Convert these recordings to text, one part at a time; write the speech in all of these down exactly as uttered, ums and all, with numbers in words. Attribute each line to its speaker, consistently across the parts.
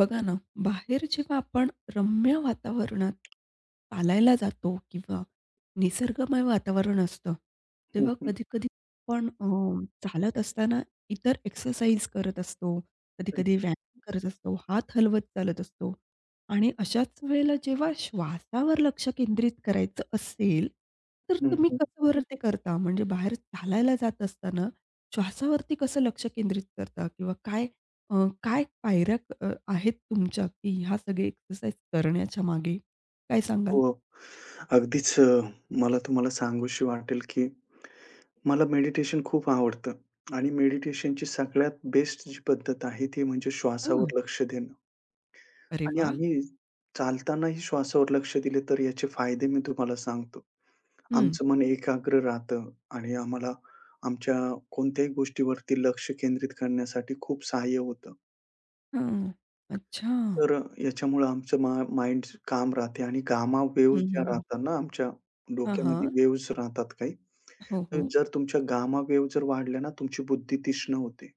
Speaker 1: बघा ना, बाहेर जेव्हा आपण रम्य वातावरणात चालायला जातो किंवा निसर्गमय वातावरण असतं,
Speaker 2: हं,
Speaker 1: तेव्हा
Speaker 2: हं,
Speaker 1: कधी-कधी आपण अ, चालत असताना इतर एक्सरसाइज करत असतो,
Speaker 2: हं,
Speaker 1: कधी-कधी व्यायाम करत असतो, हात हलवत चालत असतो आणि अशाच वेळेला जेव्हा श्वासावर लक्ष केंद्रित करायचं असेल, तर
Speaker 2: हं,
Speaker 1: तुम्ही
Speaker 2: हं.
Speaker 1: कसं बरं ते करता? म्हणजे बाहेर चालायला जात असताना श्वासावरती कसं लक्ष केंद्रित करता किंवा काय अ, काय पायऱ्या क- अ, आहेत तुमच्या, की ह्या सगळे एक्सरसाइज करण्याच्या मागे? काय सांगाल?
Speaker 2: हो. अगदीच अ, मला तुम्हाला सांगूशी वाटेल, की मला मेडिटेशन खूप आवडतं आणि मेडिटेशनची सगळ्यात बेस्ट जी पद्धत आहे, ती म्हणजे
Speaker 1: हं.
Speaker 2: श्वासावर लक्ष देणं.
Speaker 1: अरे
Speaker 2: आणि
Speaker 1: वाह!
Speaker 2: आम्ही चालतानाही श्वासावर लक्ष दिले, तर याचे फायदे मी तुम्हाला सांगतो.
Speaker 1: हं.
Speaker 2: आमचं मन एकाग्र राहतं आणि आम्हाला आमच्या कोणत्याही गोष्टीवरती लक्ष केंद्रित करण्यासाठी खूप सहाय्य होतं.
Speaker 1: हां. अच्छा.
Speaker 2: तर अ, याच्यामुळं आमचं मा माइंड काम राहते आणि गामा
Speaker 1: हं,
Speaker 2: वेव्हज ज्या
Speaker 1: हं, हं.
Speaker 2: राहतात ना, आमच्या
Speaker 1: हां,
Speaker 2: डोक्यामध्ये
Speaker 1: हां.
Speaker 2: वेव्हज राहतात काही.
Speaker 1: हो,
Speaker 2: तर
Speaker 1: हो.
Speaker 2: जर तुमच्या गामा वेव्ह जर वाढल्या ना, तुमची बुद्धी तीक्ष्ण होते.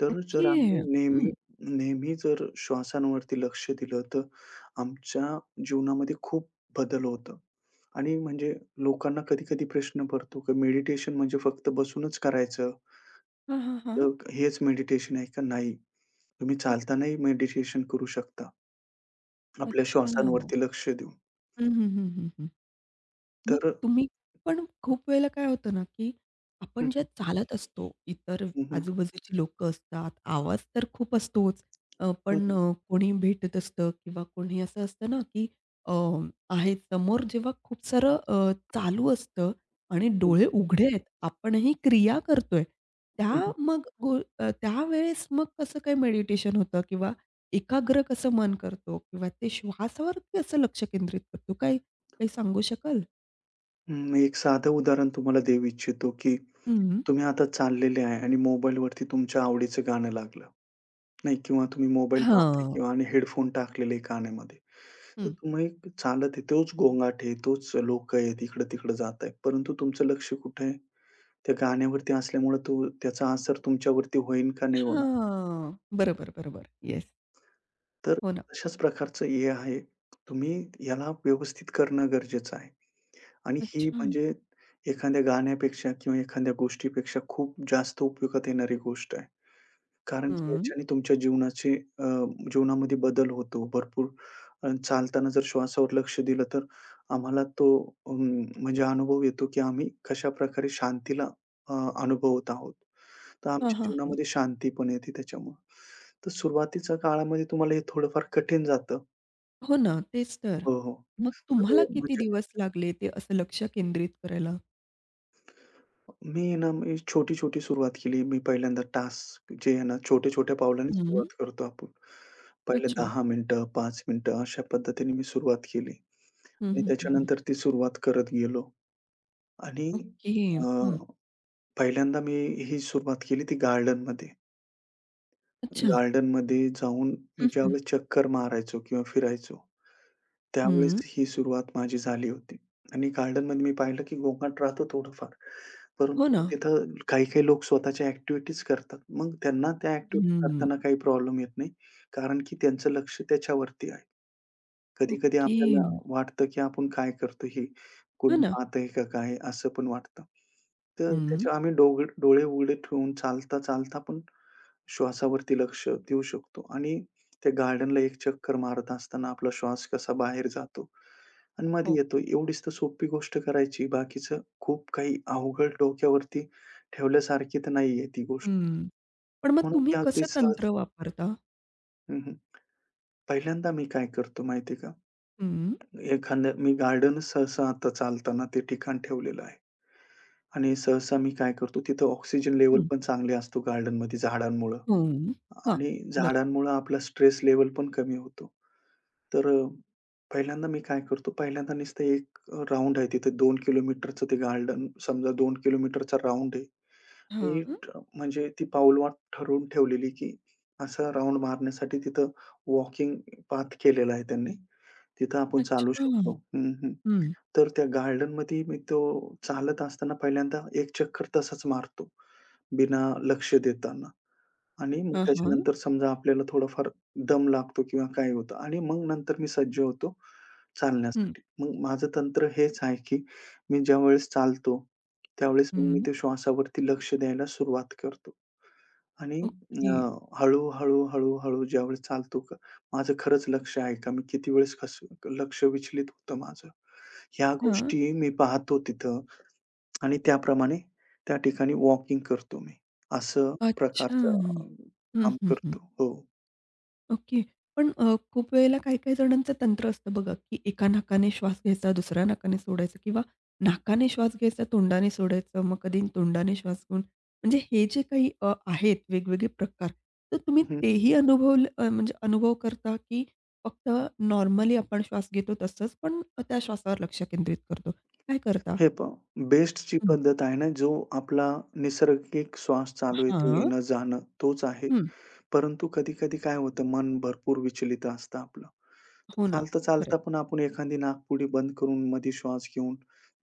Speaker 2: तर जर
Speaker 1: ओके.
Speaker 2: आम्ही
Speaker 1: हं.
Speaker 2: नेहमी नेहमी जर श्वासांवरती लक्ष दिलं, तर आमच्या जीवनामध्ये खूप बदल होतं. आणि म्हणजे लोकांना कधी-कधी प्रश्न पडतो, की मेडिटेशन म्हणजे फक्त बसूनच करायचं,
Speaker 1: हां, हां, हां.
Speaker 2: तर हेच मेडिटेशन आहे का? नाही. तुम्ही
Speaker 1: ओक
Speaker 2: चालतानाही मेडिटेशन करू शकता, आपल्या
Speaker 1: अच्छा.
Speaker 2: श्वासांवरती लक्ष देऊन.
Speaker 1: हं, हं, हं, हं, हं. मग
Speaker 2: तर
Speaker 1: तुम्ही. पण खूप वेळेला काय होतं ना, की
Speaker 2: हं,
Speaker 1: आपण ज्या
Speaker 2: हं.
Speaker 1: चालत असतो, इतर
Speaker 2: हं, हं.
Speaker 1: आजूबाजूची लोक असतात, आवाज तर खूप असतोच. अ,
Speaker 2: हं,
Speaker 1: पण
Speaker 2: हं.
Speaker 1: अ, कोणी भेटत असतं किंवा कोणी असं असतं ना, की अ, आहे समोर जेव्हा खूप सारं अ, चालू असतं आणि डोळे उघडे आहेत, आपणही क्रिया करतोय.
Speaker 2: हं,
Speaker 1: त्या
Speaker 2: हं.
Speaker 1: मग गो अ, त्यावेळेस मग कसं काय मेडिटेशन होतं किंवा एकाग्र कसं मन करतो किंवा ते श्वासावरती कसं लक्ष केंद्रित करतो? काय काही सांगू शकाल?
Speaker 2: एक साधं उदाहरण तुम्हाला देऊ इच्छितो, की
Speaker 1: हं.
Speaker 2: तुम्ही आता चाललेले आहे आणि मोबाईलवरती तुमच्या आवडीचं गाणं लागलं, नाही किंवा तुम्ही मोबाईल पाहताय
Speaker 1: हां.
Speaker 2: किंवा आणि हेडफोन टाकलेले आहे कानामध्ये. तर
Speaker 1: हं.
Speaker 2: तुम्ही चालत आहे, तोच गोंगाट आहे, तोच लोकं आहेत, इकडं-तिकडं जात आहे. परंतु तुमचं लक्ष कुठे आहे? त्या गाण्यावरती असल्यामुळे तो त्याचा असर तुमच्यावरती होईल का नाही होणार.
Speaker 1: हां. बरोबर, बरोबर. येस.
Speaker 2: तर
Speaker 1: हो ना.
Speaker 2: अशाच प्रकारचं हे आहे. तुम्ही याला व्यवस्थित करणं गरजेचं आहे. आणि ही
Speaker 1: अच्छा.
Speaker 2: म्हणजे एखाद्या गाण्यापेक्षा किंवा एखाद्या गोष्टीपेक्षा खूप जास्त उपयोगात येणारी गोष्ट आहे. कारण की
Speaker 1: हं.
Speaker 2: याच्याने तुमच्या जीवनाचे अ, जीवनामध्ये बदल होतो. भरपूर अ, चालताना जर श्वासावर लक्ष दिलं तर आम्हाला तो अं, म्हणजे अनुभव येतो, की आम्ही कशाप्रकारे शांतीला अ, अनुभवत आहोत. तर
Speaker 1: हां,
Speaker 2: आमच्या
Speaker 1: हां, हां.
Speaker 2: जीवनामध्ये शांती पण येते त्याच्यामुळं. तर सुरुवातीच्या काळामध्ये तुम्हाला हे थोडंफार कठीण जातं.
Speaker 1: हो ना, तेच तर.
Speaker 2: हो, हो.
Speaker 1: मग तुम्हाला
Speaker 2: तर
Speaker 1: किती
Speaker 2: म्हणजे
Speaker 1: दिवस लागले ते असं लक्ष केंद्रित करायला?
Speaker 2: मी ना, मी छोटी-छोटी सुरुवात केली. मी पहिल्यांदा टास्क जे आहे ना, छोट्या-छोट्या पावलांनी
Speaker 1: हं.
Speaker 2: सुरुवात करतो आपण. पहिले
Speaker 1: अच्छा.
Speaker 2: दहा मिनिटं, पाच मिनिटं अशा पद्धतीने मी सुरुवात केली
Speaker 1: हं,
Speaker 2: आणि
Speaker 1: हं, हं, हं.
Speaker 2: त्याच्यानंतर ती सुरुवात करत गेलो आणि
Speaker 1: ओके.
Speaker 2: अ,
Speaker 1: हं.
Speaker 2: पहिल्यांदा मी ही सुरुवात केली ती गार्डनमध्ये.
Speaker 1: अच्छा.
Speaker 2: गार्डनमध्ये जाऊन मी
Speaker 1: हं, हं.
Speaker 2: ज्यावेळेस चक्कर मारायचो किंवा फिरायचो त्यावेळेस
Speaker 1: हं.
Speaker 2: ही सुरुवात माझी झाली होती आणि गार्डनमध्ये मी पाहिलं की गोंगाट राहतो थोडंफार.
Speaker 1: हो
Speaker 2: परंतु
Speaker 1: ना.
Speaker 2: तिथं काही-काही लोक स्वतःच्या ॲक्टिव्हिटीज करतात. मग त्यांना त्या ॲक्टिव्हिटी
Speaker 1: हं.
Speaker 2: करताना काही प्रॉब्लेम येत नाही. कारण की त्यांचं लक्ष त्याच्यावरती आहे. कधी-कधी
Speaker 1: ओके.
Speaker 2: आपल्याला वाटतं, की आपण काय करतो हे?
Speaker 1: हां
Speaker 2: कोणी
Speaker 1: ना.
Speaker 2: पाहतंय का काय? असं पण वाटतं. तर
Speaker 1: हं.
Speaker 2: त्याच्या आम्ही डोग डोळे उघडे ठेवून चालता-चालता पण श्वासावरती लक्ष देऊ शकतो आणि त्या गार्डनला एक चक्कर मारत असताना आपला श्वास कसा बाहेर जातो आणि मध्ये
Speaker 1: हो.
Speaker 2: येतो. एवढीच तर सोपी गोष्ट करायची. बाकीचं खूप काही अवघड डोक्यावरती ठेवल्यासारखी तर नाहीये ती गोष्ट.
Speaker 1: हं. पण मग
Speaker 2: म्हणून
Speaker 1: तुम्ही
Speaker 2: ती अगदी
Speaker 1: कसं
Speaker 2: सहज.
Speaker 1: तंत्र वापरता?
Speaker 2: हं, पहिल्यांदा मी काय करतो माहिती का?
Speaker 1: हं.
Speaker 2: एखादं मी गार्डन सहसा आता चालताना ते ठिकाण ठेवलेलं आहे आणि सहसा मी काय करतो तिथं ऑक्सिजन लेवल
Speaker 1: हं.
Speaker 2: पण चांगले असतो गार्डनमध्ये झाडांमुळं
Speaker 1: हं. हां.
Speaker 2: आणि
Speaker 1: बरोबर.
Speaker 2: झाडांमुळं आपला स्ट्रेस लेवल पण कमी होतो. तर अ, पहिल्यांदा मी काय करतो, पहिल्यांदा नुसतं एक अ, राउंड आहे तिथे दोन किलोमीटरचं ते गार्डन समजा दोन किलोमीटरचा राउंड आहे. मी
Speaker 1: हां.
Speaker 2: अ, म्हणजे ती पाऊलवाट ठरवून ठेवलेली, की असा राउंड मारण्यासाठी तिथं वॉकिंग पाथ केलेला आहे त्यांनी. तिथं आपण चालू
Speaker 1: अच्छा.
Speaker 2: शकतो. हं, हं.
Speaker 1: हं.
Speaker 2: तर त्या गार्डनमध्ये मी तो चालत असताना पहिल्यांदा एक चक्कर तसाच मारतो, बिना लक्ष देताना. आणि मग
Speaker 1: हां, हां.
Speaker 2: त्याच्यानंतर समजा आपल्याला थोडाफार दम लागतो किंवा काय होतं आणि मग नंतर मी सज्ज होतो
Speaker 1: हं,
Speaker 2: चालण्यासाठी. मग माझं तंत्र हेच आहे, की मी ज्यावेळेस चालतो, त्यावेळेस मग मी
Speaker 1: हं.
Speaker 2: ते श्वासावरती लक्ष द्यायला सुरुवात करतो. आणि
Speaker 1: ओके.
Speaker 2: अ, हळू-हळू, हळू-हळू ज्यावेळेस चालतो का माझं खरंच लक्ष आहे का? मी किती वेळेस कसं लक्ष विचलित होतं माझं. ह्या
Speaker 1: हां.
Speaker 2: गोष्टी मी पाहतो तिथं. आणि त्याप्रमाणे त्या ठिकाणी वॉकिंग करतो मी. असं
Speaker 1: अच्छा.
Speaker 2: प्रकारचं अ,
Speaker 1: हं,
Speaker 2: काम
Speaker 1: हं, हं.
Speaker 2: करतो. हो.
Speaker 1: ओके. पण अ, खूप वेळेला काही-काही जणांचं तंत्र असतं बघा, की एका नाकाने श्वास घ्यायचा, दुसऱ्या नाकाने सोडायचा किंवा नाकाने श्वास घ्यायचा, तोंडाने सोडायचं, मग कधी तोंडाने श्वास घेऊन म्हणजे हे जे काही अ, आहेत वेगवेगळे प्रकार, तर तुम्ही
Speaker 2: हं.
Speaker 1: तेही अनुभवलं अ, म्हणजे अनुभव करता, की फक्त नॉर्मली आपण श्वास घेतो तसंच, पण त्या श्वासावर लक्ष केंद्रित करतो? काय करता?
Speaker 2: हे पहा बेस्टची
Speaker 1: हं.
Speaker 2: पद्धत आहे ना, जो आपला नैसर्गिक श्वास चालू आहे तो
Speaker 1: हां.
Speaker 2: येणं-जाणं तोच आहे.
Speaker 1: हं.
Speaker 2: परंतु कधी-कधी काय होतं मन भरपूर विचलित असतं आपलं. तर
Speaker 1: हो ना. खरं
Speaker 2: चालता-चालता
Speaker 1: आहे.
Speaker 2: पण आपण एखादी नाकपुडी बंद करून मध्ये श्वास घेऊन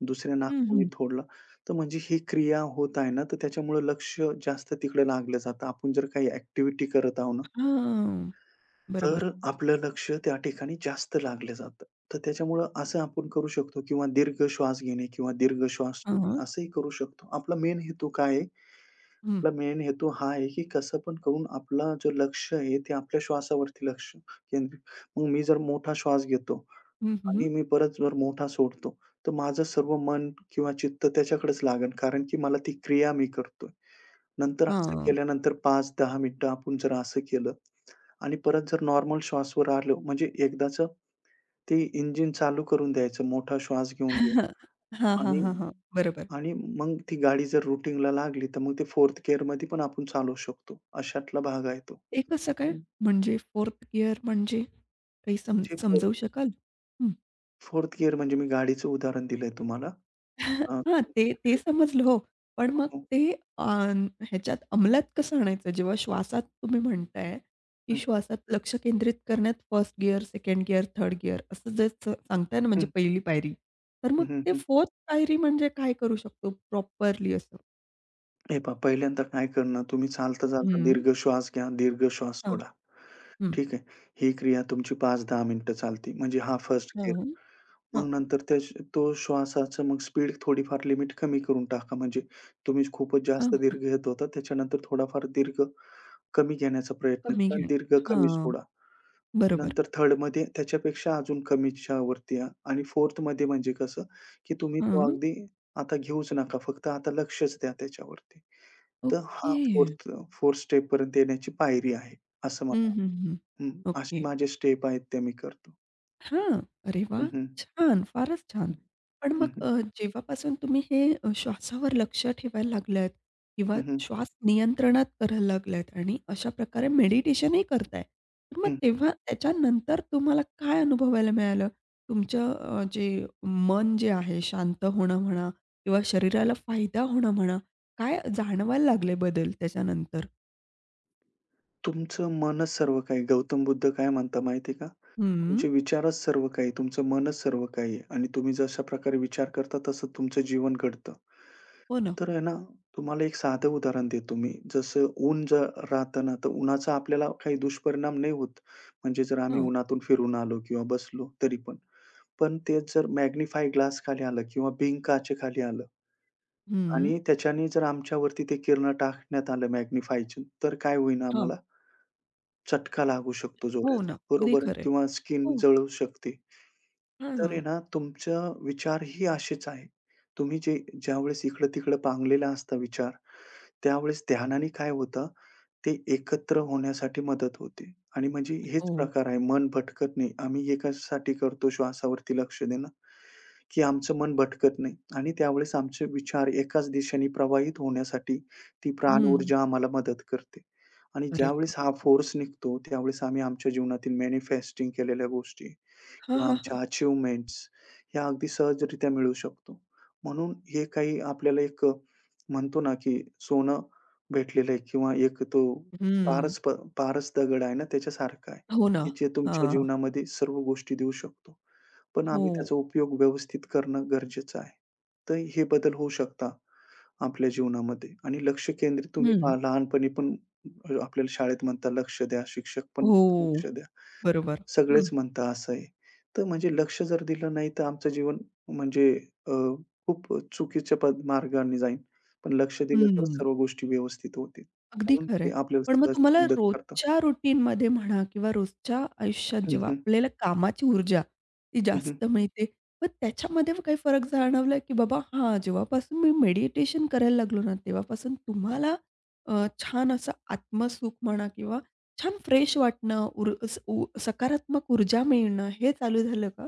Speaker 2: दुसऱ्या
Speaker 1: हं, हं.
Speaker 2: नाकपुडीत सोडला, तर म्हणजे ही क्रिया होत आहे ना, तर त्याच्यामुळे लक्ष जास्त तिकडे लागलं जातं. आपण जर काही ॲक्टिव्हिटी करत आहो ना
Speaker 1: हां. बरोबर.
Speaker 2: तर आपलं लक्ष त्या ठिकाणी जास्त लागलं जातं. तर त्याच्यामुळं असं आपण करू शकतो किंवा दीर्घ श्वास घेणे किंवा दीर्घ श्वास
Speaker 1: हां.
Speaker 2: सोडणे असंही करू शकतो. आपला मेन हेतू काय आहे?
Speaker 1: हं.
Speaker 2: आपला मेन हेतू हा आहे, की कसं पण करून आपला जो लक्ष आहे ते आपल्या श्वासावरती लक्ष केंद्रित. मग मी जर मोठा श्वास घेतो
Speaker 1: हं, हं.
Speaker 2: आणि मी परत जर मोठा सोडतो, तर माझं सर्व मन किंवा चित्त त्याच्याकडेच लागेल कारण की मला ती क्रिया मी करतोय. नंतर असं
Speaker 1: हां.
Speaker 2: केल्यानंतर पाच ते दहा मिनिटं आपण जर असं केलं आणि परत जर नॉर्मल श्वासवर आलो, म्हणजे एकदाच ते इंजिन चालू करून द्यायचं मोठा श्वास घेऊन घेऊन.
Speaker 1: हां, हां,
Speaker 2: आणि
Speaker 1: हां, हां. बरोबर.
Speaker 2: आणि मग ती गाडी जर रुटीनला लागली, तर मग ते फोर्थ गिअरमध्ये पण आपण चालवू शकतो. अशातला भाग आहे तो.
Speaker 1: ते कसं काय? म्हणजे फोर्थ गियर म्हणजे काही सम
Speaker 2: म्हणजे
Speaker 1: समजावू
Speaker 2: 4th
Speaker 1: शकाल? हं.
Speaker 2: 4th गिअर म्हणजे मी गाडीचं उदाहरण दिलंय तुम्हाला. अ,
Speaker 1: हां, ते ते
Speaker 2: ठीक आहे.
Speaker 1: समजलं हो. पण मग
Speaker 2: हो.
Speaker 1: ते अन् ह्याच्यात अंमलात कसं आणायचं? जेव्हा श्वासात तुम्ही म्हणताय, की
Speaker 2: हं,
Speaker 1: श्वासात लक्ष केंद्रित करण्यात first gear, second gear, third gear असं जे स सांगताय ना, म्हणजे
Speaker 2: हं,
Speaker 1: पहिली पायरी. तर मग
Speaker 2: हं,
Speaker 1: ते
Speaker 2: हं,
Speaker 1: फोर्थ पायरी म्हणजे काय करू शकतो प्रॉपरली असं?
Speaker 2: हे पहा पहिल्यांदा काय करणं तुम्ही चालता-चालता
Speaker 1: हं.
Speaker 2: दीर्घ श्वास घ्या, दीर्घ श्वास
Speaker 1: हां,
Speaker 2: सोडा.
Speaker 1: हं.
Speaker 2: ठीक आहे. ही क्रिया तुमची पाच ते दहा मिनिटं चालते. म्हणजे हा फर्स्ट गिअर.
Speaker 1: हां. हां,
Speaker 2: मग नंतर त्या तो श्वासाचा मग स्पीड थोडीफार लिमिट कमी करून टाका. म्हणजे तुम्ही खूपच
Speaker 1: हां,
Speaker 2: जास्त दीर्घ
Speaker 1: हां.
Speaker 2: घेत होता. त्याच्यानंतर थोडाफार दीर्घ कमी घेण्याचा प्रयत्न
Speaker 1: कमी
Speaker 2: करा आणि
Speaker 1: घेणं.
Speaker 2: दीर्घ कमी
Speaker 1: हां,
Speaker 2: सोडा.
Speaker 1: बरोबर.
Speaker 2: नंतर थर्डमध्ये त्याच्यापेक्षा अजून कमीच्या वरती या आणि फोर्थमध्ये म्हणजे कसं, की तुम्ही तो
Speaker 1: हां.
Speaker 2: अगदी आता घेऊच नका. फक्त आता लक्षच द्या त्याच्यावरती. तर हा
Speaker 1: ओके.
Speaker 2: फोर्थ फोर्थ स्टेपपर्यंत येण्याची पायरी आहे, असं मला
Speaker 1: हं, हं, हं.
Speaker 2: वाटतं. हं, अशी
Speaker 1: ओके.
Speaker 2: माझे स्टेप आहेत ते मी करतो.
Speaker 1: हां. अरे वाह!
Speaker 2: हं, हं.
Speaker 1: छान, फारच छान.
Speaker 2: हं,
Speaker 1: पण मग
Speaker 2: हं,
Speaker 1: अ, जेव्हापासून तुम्ही हे अ, श्वासावर लक्ष ठेवायला लागलात किंवा
Speaker 2: हं, हं,
Speaker 1: श्वास नियंत्रणात करायला लागलात आणि अशा प्रकारे मेडिटेशनही करताय. तर मग
Speaker 2: हं.
Speaker 1: तेव्हा त्याच्यानंतर तुम्हाला काय अनुभवायला मिळालं? तुमचं अ, जे मन जे आहे शांत होणं म्हणा किंवा शरीराला फायदा होणं म्हणा, काय जाणवायला लागले बदल त्याच्यानंतर?
Speaker 2: तुमचं मनच सर्व काही. गौतम बुद्ध काय म्हणता माहिती आहे का?
Speaker 1: हं.
Speaker 2: तुमचे विचारच सर्व काही तुमचं मनच सर्व काही आहे आणि तुम्ही जशा प्रकारे विचार करता तसं तुमचं जीवन घडतं.
Speaker 1: हो ना.
Speaker 2: तर आहे ना, तुम्हाला एक साधं उदाहरण देतो मी. जसं ऊन जर राहतं ना, तर उन्हाचा आपल्याला काही दुष्परिणाम नाही होत. म्हणजे जर आम्ही
Speaker 1: हां.
Speaker 2: उन्हातून फिरून आलो किंवा बसलो तरी पण. पण तेच जर मॅग्निफाय ग्लास खाली आलं किंवा बिंग काचेखाली आलं
Speaker 1: हं.
Speaker 2: आणि त्याच्याने जर आमच्यावरती ते किरणं टाकण्यात आलं मॅग्निफायची, तर काय होईन
Speaker 1: हां.
Speaker 2: आम्हाला? चटका लागू शकतो
Speaker 1: हो ना.
Speaker 2: जोराचा.
Speaker 1: अगदी
Speaker 2: बरोबर आहे
Speaker 1: खरं आहे.
Speaker 2: किंवा स्किन
Speaker 1: हो.
Speaker 2: जळू शकते.
Speaker 1: हां,
Speaker 2: तर
Speaker 1: हां.
Speaker 2: आहे ना तुमचा विचारही असेच आहे. तुम्ही जे ज्यावेळेस इकडं-तिकडं पांगलेला असता विचार, त्यावेळेस ध्यानाने काय होतं ते एकत्र होण्यासाठी मदत होते आणि म्हणजे हेच
Speaker 1: हो.
Speaker 2: प्रकार आहे मन भटकत नाही. आम्ही हे कशासाठी करतो श्वासावरती लक्ष देणं, की आमचं मन भटकत नाही आणि त्यावेळेस आमचे विचार एकाच दिशेने प्रवाहित होण्यासाठी ती हं. प्राण
Speaker 1: हं.
Speaker 2: ऊर्जा आम्हाला मदत करते. आणि
Speaker 1: अरे
Speaker 2: ज्यावेळेस
Speaker 1: वाह!
Speaker 2: हा फोर्स निघतो, त्यावेळेस आम्ही आमच्या जीवनातील मॅनिफेस्टिंग केलेल्या गोष्टी
Speaker 1: हां,
Speaker 2: किंवा
Speaker 1: हां, हां.
Speaker 2: आमच्या अचीव्हमेंट्स ह्या अगदी सहजरित्या मिळू शकतो. म्हणून हे काही आपल्याला एक म्हणतो ना, की सोनं भेटलेलं आहे किंवा एक तो
Speaker 1: हं.
Speaker 2: पारस प पारस दगड आहे ना त्याच्यासारखा आहे,
Speaker 1: हो ना.
Speaker 2: की जे तुमच्या
Speaker 1: हां.
Speaker 2: जीवनामध्ये सर्व गोष्टी देऊ शकतो. पण
Speaker 1: हो.
Speaker 2: आम्ही त्याचा उपयोग व्यवस्थित करणं गरजेचं आहे. तर हे बदल होऊ शकता आपल्या जीवनामध्ये आणि लक्ष केंद्रित तुम्ही
Speaker 1: हं.
Speaker 2: पहा लहानपणी पण आपल्याला शाळेत म्हणतात लक्ष द्या, शिक्षक पण म्हणतात
Speaker 1: हो.
Speaker 2: लक्ष द्या.
Speaker 1: बरोबर. हं.
Speaker 2: सगळेच म्हणता असं आहे. तर म्हणजे लक्ष जर दिलं नाही, तर आमचं जीवन म्हणजे अ, खूप चुकीच्या पद मार्गाने जाईल. पण लक्ष दिलं तर
Speaker 1: हं.
Speaker 2: सर्व गोष्टी व्यवस्थित होतील.
Speaker 1: अगदी
Speaker 2: म्हणून
Speaker 1: खरं
Speaker 2: हे
Speaker 1: आहे.
Speaker 2: आपल्याला
Speaker 1: पण मग
Speaker 2: सहज
Speaker 1: तुम्हाला
Speaker 2: मदत करतात.
Speaker 1: रोजच्या रूटीनमध्ये म्हणा किंवा रोजच्या आयुष्यात
Speaker 2: हं,
Speaker 1: जेव्हा
Speaker 2: हं.
Speaker 1: आपल्याला कामाची ऊर्जा ती
Speaker 2: हं,
Speaker 1: जास्त मिळते, मग त्याच्यामध्ये काही फरक जाणवला की बाबा हां, जेव्हापासून मी मेडिटेशन करायला लागलो ना, तेव्हापासून तुम्हाला अ, छान असं आत्मसुख म्हणा किंवा छान फ्रेश वाटणं, उर स उ सकारात्मक ऊर्जा मिळणं हे चालू झालं का?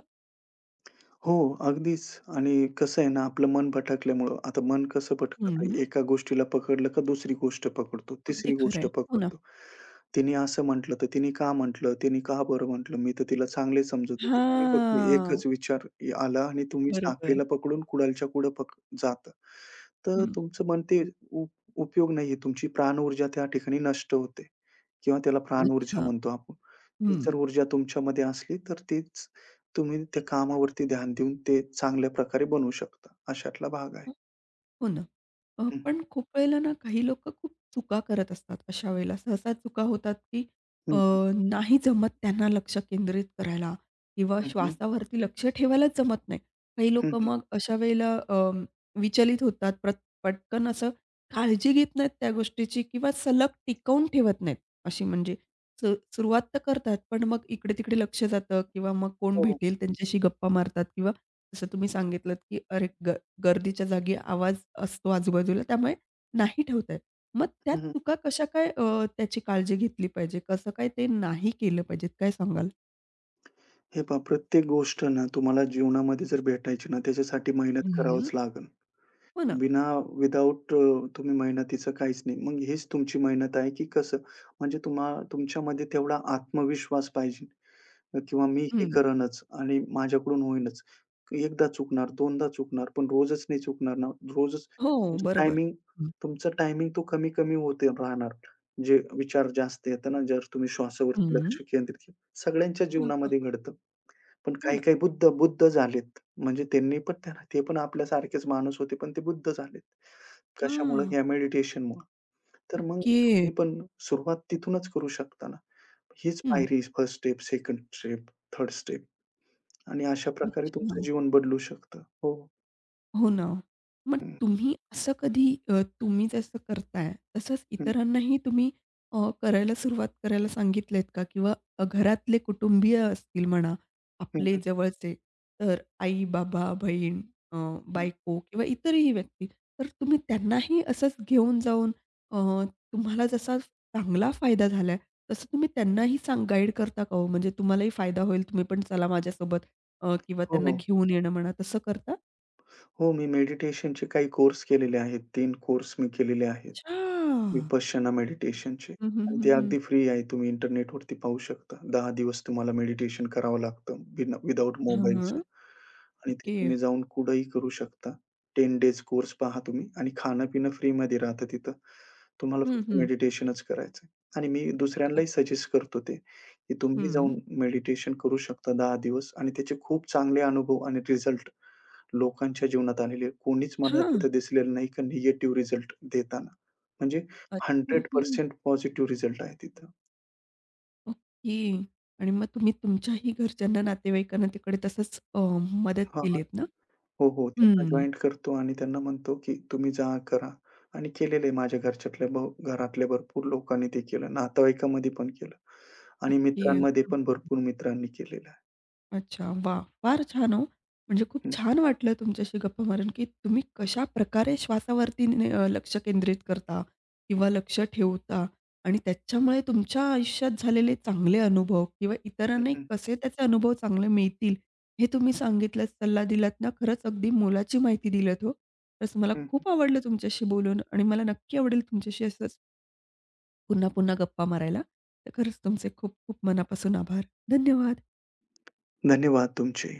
Speaker 2: हो, अगदीच आणि कसं आहे ना, आपलं मन भटकल्यामुळं आता मन कसं भटकतं?
Speaker 1: हं.
Speaker 2: एका गोष्टीला पकडलं का दुसरी गोष्ट पकडतो,
Speaker 1: अगदी
Speaker 2: तिसरी
Speaker 1: खरं
Speaker 2: गोष्ट
Speaker 1: आहे. हो ना.
Speaker 2: पकडतो. तिने असं म्हटलं, तर तिने का म्हटलं? तिने का बरं म्हटलं? मी तर तिला चांगले समजत होते. तुम्ही फक्त
Speaker 1: हां.
Speaker 2: एकच विचार आला आणि तुम्ही
Speaker 1: बरोबर.
Speaker 2: साखळीला पकडून कुडालच्या कुडं पक जातं. तर
Speaker 1: हं.
Speaker 2: तुमचं मन ते उप उपयोग नाहीये. तुमची प्राणऊर्जा त्या ठिकाणी नष्ट होते. किंवा त्याला प्राणऊर्जा
Speaker 1: अच्छा.
Speaker 2: म्हणतो आपण. तीच
Speaker 1: हं.
Speaker 2: जर ऊर्जा तुमच्यामध्ये असली, तर तीच तुम्ही त्या कामावरती ध्यान देऊन ते चांगल्या प्रकारे बनवू शकता. अशातला भाग आहे.
Speaker 1: हो ना. अ,
Speaker 2: हं,
Speaker 1: पण खूप वेळेला ना काही लोकं खूप चुका करत असतात. अशा वेळेला सहसा चुका होतात, की अ,
Speaker 2: हं,
Speaker 1: नाही जमत त्यांना लक्ष केंद्रित करायला किंवा
Speaker 2: हं, हं,
Speaker 1: श्वासावरती लक्ष ठेवायलाच जमत नाही. काही
Speaker 2: हं,
Speaker 1: लोकं
Speaker 2: हं.
Speaker 1: मग अशा वेळेला अ, विचलित होतात. प्रत पटकन असं काळजी घेत नाहीत त्या गोष्टीची किंवा सलग टिकवून ठेवत नाहीत. अशी म्हणजे सु सुरुवात तर करतात, पण मग इकडे-तिकडे लक्ष जातं किंवा मग कोण
Speaker 2: हो.
Speaker 1: भेटेल त्यांच्याशी गप्पा मारतात किंवा जसं तुम्ही सांगितलंत, की "अरे, ग गर्दीच्या जागी आवाज असतो आजूबाजूला त्यामुळे नाही ठेवता येत." मग त्यात
Speaker 2: हं, हं.
Speaker 1: चुका कशा काय अ, त्याची काळजी घेतली पाहिजे? कसं काय ते नाही केलं पाहिजे? काय सांगाल?
Speaker 2: हे पहा प्रत्येक गोष्ट ना तुम्हाला जीवनामध्ये जर भेटायची ना, त्याच्यासाठी मेहनत
Speaker 1: हं.
Speaker 2: करावंच लागेल.
Speaker 1: हो ना.
Speaker 2: बिना विथआऊट तुम्ही मेहनतीचं काहीच नाही. मग हीच तुमची मेहनत आहे, की कसं? म्हणजे तुम्हा तुमच्यामध्ये तेवढा आत्मविश्वास पाहिजे किंवा मी हे
Speaker 1: हं.
Speaker 2: करेनच आणि माझ्याकडून होईनच. एकदा चुकणार, दोनदा चुकणार, पण रोजच नाही चुकणार ना. रोजच
Speaker 1: हो,
Speaker 2: तुमचं
Speaker 1: बरोबर.
Speaker 2: टायमिंग
Speaker 1: हं,
Speaker 2: तुमचं टायमिंग तो कमी-कमी होते राहणार. जे विचार जास्त येतात ना, जर तुम्ही श्वासावरती
Speaker 1: हं.
Speaker 2: लक्ष केंद्रित केलं. सगळ्यांच्या
Speaker 1: हां, हां,
Speaker 2: जीवनामध्ये
Speaker 1: हां.
Speaker 2: घडतं. पण
Speaker 1: हो ना.
Speaker 2: काही-काही बुद्ध बुद्ध झालेत. म्हणजे त्यांनी पण त्यांना ते पण आपल्यासारखेच माणूस होते, पण ते बुद्ध झालेत. कशामुळं?
Speaker 1: हां,
Speaker 2: या मेडिटेशनमुळं. तर मग
Speaker 1: ओके.
Speaker 2: तुम्ही पण सुरुवात तिथूनच करू शकता ना. हीच
Speaker 1: हं.
Speaker 2: पायरी first step, second step, third step आणि अशा प्रकारे तुमचं
Speaker 1: अच्छा.
Speaker 2: जीवन बदलू शकतं. हो.
Speaker 1: हो ना. मग
Speaker 2: हं,
Speaker 1: तुम्ही असं कधी अ, तुम्ही जसं करताय, तसंच
Speaker 2: हं,
Speaker 1: इतरांनाही तुम्ही अ, करायला सुरुवात करायला सांगितलेत का? किंवा अ, घरातले कुटुंबीय असतील म्हणा,
Speaker 2: हं,
Speaker 1: आपले
Speaker 2: हं,
Speaker 1: जवळचे, तर आई, बाबा, बहीण, अ,
Speaker 2: हं.
Speaker 1: बायको किंवा इतरही व्यक्ती, तर तुम्ही त्यांनाही असंच घेऊन जाऊन अ, तुम्हाला जसा चांगला फायदा झालाय, तसं तुम्ही त्यांनाही सांग गाईड करता का हो? म्हणजे तुम्हालाही फायदा होईल, तुम्ही पण चला माझ्यासोबत अ, किंवा
Speaker 2: हो,
Speaker 1: त्यांना
Speaker 2: हो.
Speaker 1: घेऊन येणं म्हणा, तसं करता?
Speaker 2: हो, मी मेडिटेशनचे काही कोर्स केलेले आहेत. तीन कोर्स मी केलेले आहेत.
Speaker 1: अच्छा!
Speaker 2: विपश्यना मेडिटेशनचे
Speaker 1: हं, हं,
Speaker 2: आणि
Speaker 1: हं,
Speaker 2: ते
Speaker 1: हं.
Speaker 2: अगदी फ्री आहे. तुम्ही इंटरनेटवरती पाहू शकता. दहा दिवस तुम्हाला मेडिटेशन करावं लागतं बिना विदाऊट
Speaker 1: हां.
Speaker 2: मोबाईलचं आणि ते
Speaker 1: ओके.
Speaker 2: तुम्ही जाऊन कुठेही करू शकता. दहा डेज कोर्स पहा तुम्ही आणि खाणं-पिणं फ्रीमध्ये राहतं तिथं. तुम्हाला
Speaker 1: हं,
Speaker 2: फक्त
Speaker 1: हं.
Speaker 2: मेडिटेशनच करायचंय. आणि मी
Speaker 1: अच्छा.
Speaker 2: दुसऱ्यांनाही सजेस्ट करतो ते, की तुम्ही
Speaker 1: हं.
Speaker 2: जाऊन मेडिटेशन करू शकता दहा दिवस आणि त्याचे खूप चांगले अनुभव आणि रिझल्ट लोकांच्या जीवनात आलेले आहेत. कोणीच मला
Speaker 1: हां.
Speaker 2: तिथं दिसलेलं नाही का निगेटिव्ह रिझल्ट देताना. म्हणजे
Speaker 1: अच्छा. हं,
Speaker 2: शंभर टक्के पॉझिटिव्ह रिझल्ट आहे तिथं.
Speaker 1: ओके. आणि मग तुम्ही तुमच्याही घरच्यांना, नातेवाईकांना तिकडे तसंच अ, मदत
Speaker 2: हां, हां.
Speaker 1: केलीयेत ना?
Speaker 2: हो, हो. त्यांना
Speaker 1: हं.
Speaker 2: जॉइन करतो आणि त्यांना म्हणतो, की तुम्ही जा, करा आणि केलेलं आहे माझ्या घरच्यातल्या भ घरातल्या भरपूर लोकांनी ते केलं. नातेवाईकामध्ये पण केलं आणि
Speaker 1: ओके.
Speaker 2: मित्रांमध्ये पण भरपूर मित्रांनी केलेलं आहे.
Speaker 1: अच्छा, वा, फार छान हो. म्हणजे खूप छान वाटलं तुमच्याशी गप्पा मारून, की तुम्ही कशाप्रकारे श्वासावरती नि अ, लक्ष केंद्रित करता किंवा लक्ष ठेवता आणि त्याच्यामुळे तुमच्या आयुष्यात झालेले चांगले अनुभव किंवा
Speaker 2: हं,
Speaker 1: इतरांनाही
Speaker 2: हं,
Speaker 1: कसे त्याचे अनुभव चांगले मिळतील, हे तुम्ही सांगितलत, सल्ला दिलात ना, खरंच अगदी मोलाची माहिती दिलीत हो. खरंच मला
Speaker 2: हं.
Speaker 1: खूप आवडलं तुमच्याशी बोलून आणि मला नक्की आवडेल तुमच्याशी असंच पुन्हा-पुन्हा गप्पा मारायला. तर खरंच तुमचे खूप-खूप मनापासून आभार. धन्यवाद.
Speaker 2: धन्यवाद तुमचे.